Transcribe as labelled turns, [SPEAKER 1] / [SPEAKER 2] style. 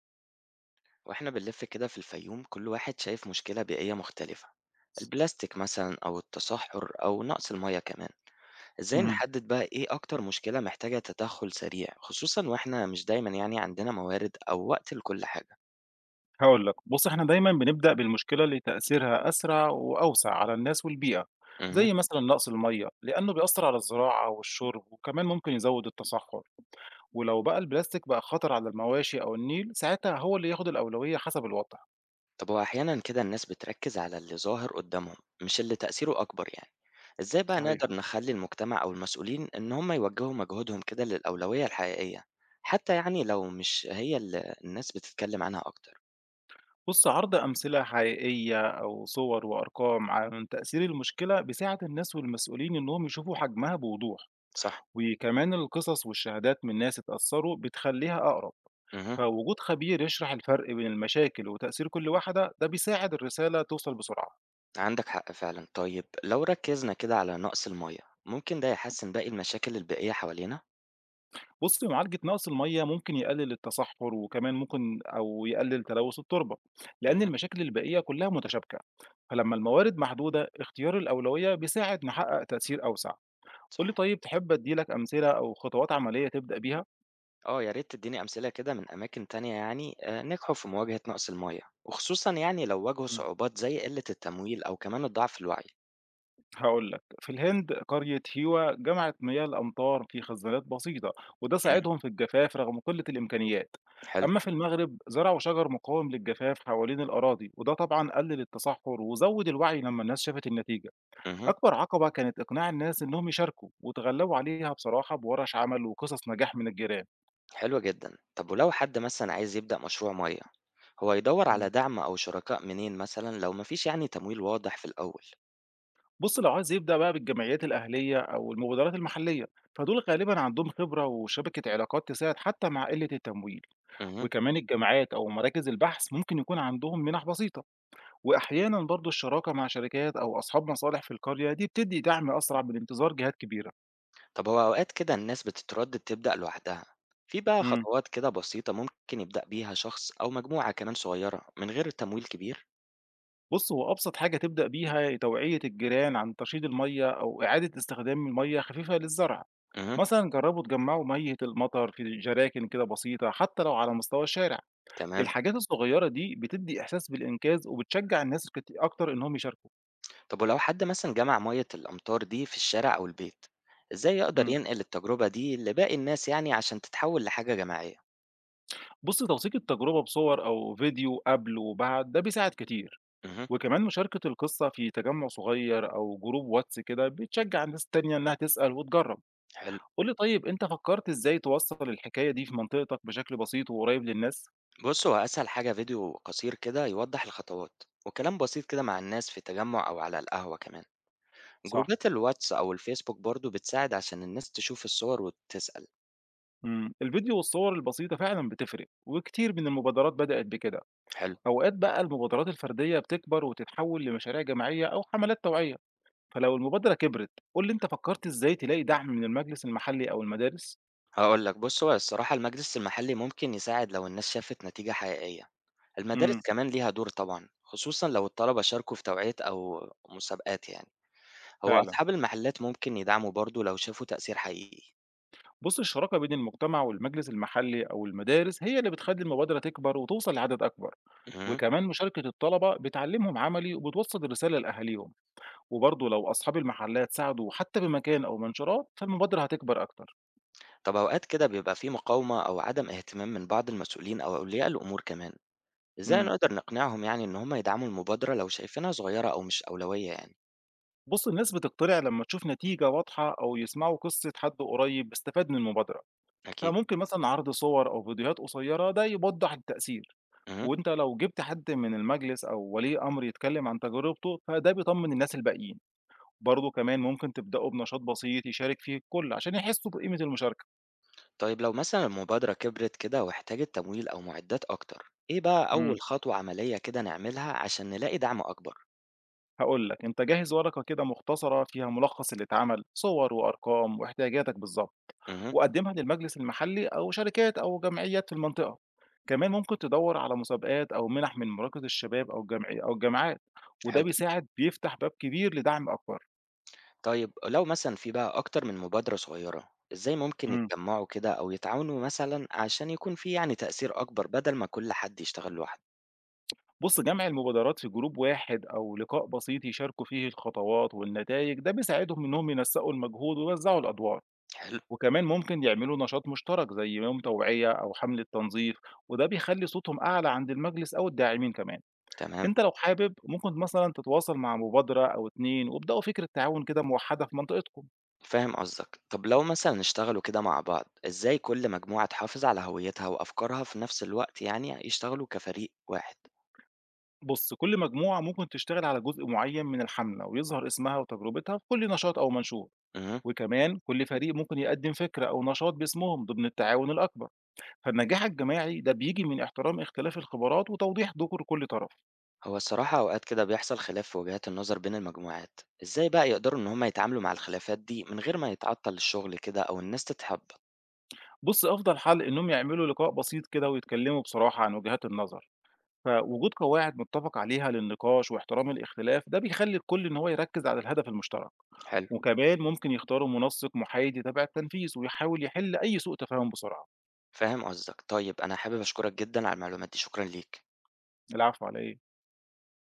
[SPEAKER 1] واحنا بنلف كده في الفيوم، كل واحد شايف مشكلة بيئية مختلفة. البلاستيك مثلا أو التصحر أو نقص المياه كمان. ازاي
[SPEAKER 2] إمم،
[SPEAKER 1] نحدد بقى ايه أكتر مشكلة محتاجة تدخل سريع، خصوصا واحنا مش دايما يعني عندنا موارد أو وقت لكل حاجة.
[SPEAKER 2] هاقول لك، بُص إحنا دايمًا بنبدأ بالمشكلة اللي تأثيرها أسرع وأوسع على الناس والبيئة،
[SPEAKER 1] امم
[SPEAKER 2] زي مثلًا نقص المَيّة، لأنه بيأثّر على الزراعة والشرب وكمان ممكن يزوّد التصحُّر، ولو بقى البلاستيك بقى خطر على المواشي أو النيل، ساعتها هو اللي ياخد الأولوية حسب الوضع.
[SPEAKER 1] طب هو أحيانا كده الناس بتركز على اللي ظاهر قدامهم، مش اللي تأثيره أكبر يعني. ازاي بقى
[SPEAKER 2] صحيح.
[SPEAKER 1] نقدر نخلي المجتمع أو المسؤولين إن هم يوجهوا مجهودهم كده للأولوية الحقيقية، حتى يعني لو مش هي اللي الناس بتتكلم عنها أكتر.
[SPEAKER 2] بُص عرض أمثلة حقيقية أو صور وأرقام عن تأثير المشكلة بيساعد الناس والمسؤولين إنهم يشوفوا حجمها بوضوح،
[SPEAKER 1] صح.
[SPEAKER 2] وكمان القصص والشهادات من ناس اتأثّروا بتخلّيها أقرب.
[SPEAKER 1] امم.
[SPEAKER 2] فوجود خبير يشرح الفرق بين المشاكل وتأثير كل واحدة ده بيساعد الرسالة توصل بسرعة.
[SPEAKER 1] عندك حق فعلا. طيب لو ركزنا كده على نقص المية، ممكن ده يحسن باقي المشاكل البيئية حوالينا؟
[SPEAKER 2] بص معالجة نقص المية ممكن يقلل التصحر وكمان ممكن أو يقلل تلوث التربة، لأن
[SPEAKER 1] مهم.
[SPEAKER 2] المشاكل البيئية كلها متشابكة. فلما الموارد محدودة اختيار الأولوية بيساعد نحقق تأثير أوسع. قول
[SPEAKER 1] صح.
[SPEAKER 2] لي طيب، تحب أديلك أمثلة أو خطوات عملية تبدأ بيها؟
[SPEAKER 1] اه يا ريت تديني أمثلة كده من أماكن تانية، يعني نجحوا في مواجهة نقص المية، وخصوصا يعني لو واجهوا صعوبات زي قلة التمويل أو كمان الضعف في الوعي.
[SPEAKER 2] هاقول لك، في الهند قرية هيوا جمعت مياه الأمطار في خزانات بسيطة، وده
[SPEAKER 1] مهم.
[SPEAKER 2] ساعدهم في الجفاف رغم قلة الإمكانيات.
[SPEAKER 1] حلو.
[SPEAKER 2] أما في المغرب زرعوا شجر مقاوم للجفاف حوالين الأراضي، وده طبعًا قلل التصحر وزود الوعي لما الناس شافت النتيجة.
[SPEAKER 1] مهم.
[SPEAKER 2] أكبر عقبة كانت إقناع الناس إنهم يشاركوا، وتغلبوا عليها بصراحة بورش عمل وقصص نجاح من الجيران.
[SPEAKER 1] حلوة جدا. طب ولو حد مثلا عايز يبدأ مشروع مية، هو يدور
[SPEAKER 2] مم.
[SPEAKER 1] على دعم أو شركاء منين مثلا لو مفيش يعني تمويل واضح في الأول؟
[SPEAKER 2] بُص لو عايز يبدأ بقى بالجمعيات الأهلية أو المبادرات المحلية، فدول غالبًا عندهم خبرة وشبكة علاقات تساعد حتى مع قلة التمويل. وكمان الجامعات أو مراكز البحث ممكن يكون عندهم منح بسيطة، وأحيانا برضو الشراكة مع شركات أو أصحاب مصالح في القرية دي بتدي دعم أسرع من انتظار جهات كبيرة.
[SPEAKER 1] طب هو أوقات كده الناس بتتردد تبدأ لوحدها، في بقى
[SPEAKER 2] مم.
[SPEAKER 1] خطوات كده بسيطة ممكن يبدأ بيها شخص أو مجموعة كمان صغيرة من غير تمويل كبير؟
[SPEAKER 2] بص هو أبسط حاجة تبدأ بيها توعية الجيران عن ترشيد المية أو إعادة استخدام المية خفيفة للزرع.
[SPEAKER 1] امم.
[SPEAKER 2] مثلا جربوا تجمعوا مية المطر في جراكن كده بسيطة حتى لو على مستوى الشارع.
[SPEAKER 1] تمام.
[SPEAKER 2] الحاجات الصغيرة دي بتدي إحساس بالإنجاز وبتشجع الناس أكتر إنهم يشاركوا.
[SPEAKER 1] طب ولو حد مثلا جمع مية الأمطار دي في الشارع أو البيت، إزاي يقدر
[SPEAKER 2] مم.
[SPEAKER 1] ينقل التجربة دي لباقي الناس يعني عشان تتحول لحاجة جماعية؟
[SPEAKER 2] بُص توثيق التجربة بصور أو فيديو قبل وبعد ده بيساعد كتير،
[SPEAKER 1] امم.
[SPEAKER 2] وكمان مشاركة القصة في تجمع صغير أو جروب واتس كده بتشجع الناس التانية إنها تسأل وتجرب،
[SPEAKER 1] حلو.
[SPEAKER 2] قُل لي طيب، أنت فكرت إزاي توصّل الحكاية دي في منطقتك بشكل بسيط وقريب للناس؟
[SPEAKER 1] بص هو أسهل حاجة فيديو قصير كده يوضح الخطوات، وكلام بسيط كده مع الناس في تجمع أو على القهوة كمان.
[SPEAKER 2] صح.
[SPEAKER 1] جروبات الواتس أو الفيسبوك برضو بتساعد عشان الناس تشوف الصور وتسأل.
[SPEAKER 2] الفيديو والصور البسيطة فعلًا بتفرق، وكتير من المبادرات بدأت بكده،
[SPEAKER 1] حلو.
[SPEAKER 2] أوقات بقى المبادرات الفردية بتكبر وتتحول لمشاريع جماعية أو حملات توعية، فلو المبادرة كبرت قُل لي، أنت فكرت إزاي تلاقي دعم من المجلس المحلي أو المدارس؟
[SPEAKER 1] هاقول لك، بُص، هو الصراحة المجلس المحلي ممكن يساعد لو الناس شافت نتيجة حقيقية. المدارس
[SPEAKER 2] إمم.
[SPEAKER 1] كمان ليها دور طبعًا، خصوصًا لو الطلبة شاركوا في توعية أو مسابقات يعني. هو
[SPEAKER 2] فعلا.
[SPEAKER 1] أصحاب المحلات ممكن يدعموا برضه لو شافوا تأثير حقيقي.
[SPEAKER 2] بص الشراكة بين المجتمع والمجلس المحلي أو المدارس هي اللي بتخلي المبادرة تكبر وتوصل لعدد أكبر،
[SPEAKER 1] اهم.
[SPEAKER 2] وكمان مشاركة الطلبة بتعلمهم عملي وبتوصل الرسالة لأهاليهم، وبرضه لو أصحاب المحلات ساعدوا حتى بمكان أو منشورات فالمبادرة هتكبر أكتر.
[SPEAKER 1] طب أوقات كده بيبقى في مقاومة أو عدم اهتمام من بعض المسؤولين أو أولياء الأمور كمان. إزاي
[SPEAKER 2] مم.
[SPEAKER 1] نقدر نقنعهم يعني إن هم يدعموا المبادرة لو شايفينها صغيرة أو مش أولوية يعني؟
[SPEAKER 2] بص الناس بتقتنع لما تشوف نتيجة واضحة أو يسمعوا قصة حد قريب استفاد من المبادرة،
[SPEAKER 1] أكيد.
[SPEAKER 2] فممكن مثلا عرض صور أو فيديوهات قصيرة ده يوضح التأثير.
[SPEAKER 1] اهم.
[SPEAKER 2] وانت لو جبت حد من المجلس أو ولي أمر يتكلم عن تجربته فده بيطمن الناس الباقيين. برضه كمان ممكن تبدأوا بنشاط بسيط يشارك فيه الكل عشان يحسوا بقيمة المشاركة.
[SPEAKER 1] طيب لو مثلا المبادرة كبرت كده واحتاجت تمويل أو معدات أكتر، إيه بقى
[SPEAKER 2] امم
[SPEAKER 1] أول خطوة عملية كده نعملها عشان نلاقي دعم أكبر؟
[SPEAKER 2] هقول لك، انت جهز ورقة كده مختصرة فيها ملخص اللي اتعمل صور وأرقام واحتياجاتك بالظبط،
[SPEAKER 1] اها.
[SPEAKER 2] وقدمها للمجلس المحلي أو شركات أو جمعيات في المنطقة. كمان ممكن تدور على مسابقات أو منح من مراكز الشباب أو الجمعية أو الجامعات، وده
[SPEAKER 1] حلو.
[SPEAKER 2] بيساعد بيفتح باب كبير لدعم أكبر.
[SPEAKER 1] طيب لو مثلا في بقى أكتر من مبادرة صغيرة، إزاي ممكن
[SPEAKER 2] امم
[SPEAKER 1] يتجمعوا كده أو يتعاونوا مثلا عشان يكون في يعني تأثير أكبر بدل ما كل حد يشتغل لوحده؟
[SPEAKER 2] بص جمع المبادرات في جروب واحد أو لقاء بسيط يشاركوا فيه الخطوات والنتائج ده بيساعدهم إنهم ينسقوا المجهود ويوزعوا الأدوار،
[SPEAKER 1] حلو.
[SPEAKER 2] وكمان ممكن يعملوا نشاط مشترك زي يوم توعية أو حملة تنظيف، وده بيخلي صوتهم أعلى عند المجلس أو الداعمين كمان.
[SPEAKER 1] تمام.
[SPEAKER 2] أنت لو حابب ممكن مثلا تتواصل مع مبادرة أو اتنين وابدأوا فكرة تعاون كده موحدة في منطقتكم.
[SPEAKER 1] فاهم قصدك. طب لو مثلا اشتغلوا كده مع بعض، إزاي كل مجموعة تحافظ على هويتها وأفكارها في نفس الوقت يعني يشتغلوا كفريق واحد؟
[SPEAKER 2] بص كل مجموعة ممكن تشتغل على جزء معين من الحملة ويظهر اسمها وتجربتها في كل نشاط أو منشور،
[SPEAKER 1] اها.
[SPEAKER 2] وكمان كل فريق ممكن يقدم فكرة أو نشاط باسمهم ضمن التعاون الأكبر. فالنجاح الجماعي ده بيجي من احترام اختلاف الخبرات وتوضيح دور كل طرف.
[SPEAKER 1] هو الصراحة أوقات كده بيحصل خلاف في وجهات النظر بين المجموعات، إزاي بقى يقدروا إن هما يتعاملوا مع الخلافات دي من غير ما يتعطل الشغل كده أو الناس تتحبط؟
[SPEAKER 2] بُص، أفضل حل إنّهم يعملوا لقاء بسيط كده ويتكلّموا بصراحة عن وجهات النظر، فوجود قواعد متّفق عليها للنقاش واحترام الاختلاف، ده بيخلّي الكل إن هو يركّز على الهدف المشترك،
[SPEAKER 1] حلو.
[SPEAKER 2] وكمان ممكن يختاروا منسّق محايد يتابع التنفيذ ويحاول يحل أي سوء تفاهم بسرعة.
[SPEAKER 1] فاهم قصدك. طيب أنا حابب أشكرك جدا على المعلومات دي، شكرا ليك.
[SPEAKER 2] العفو على إيه؟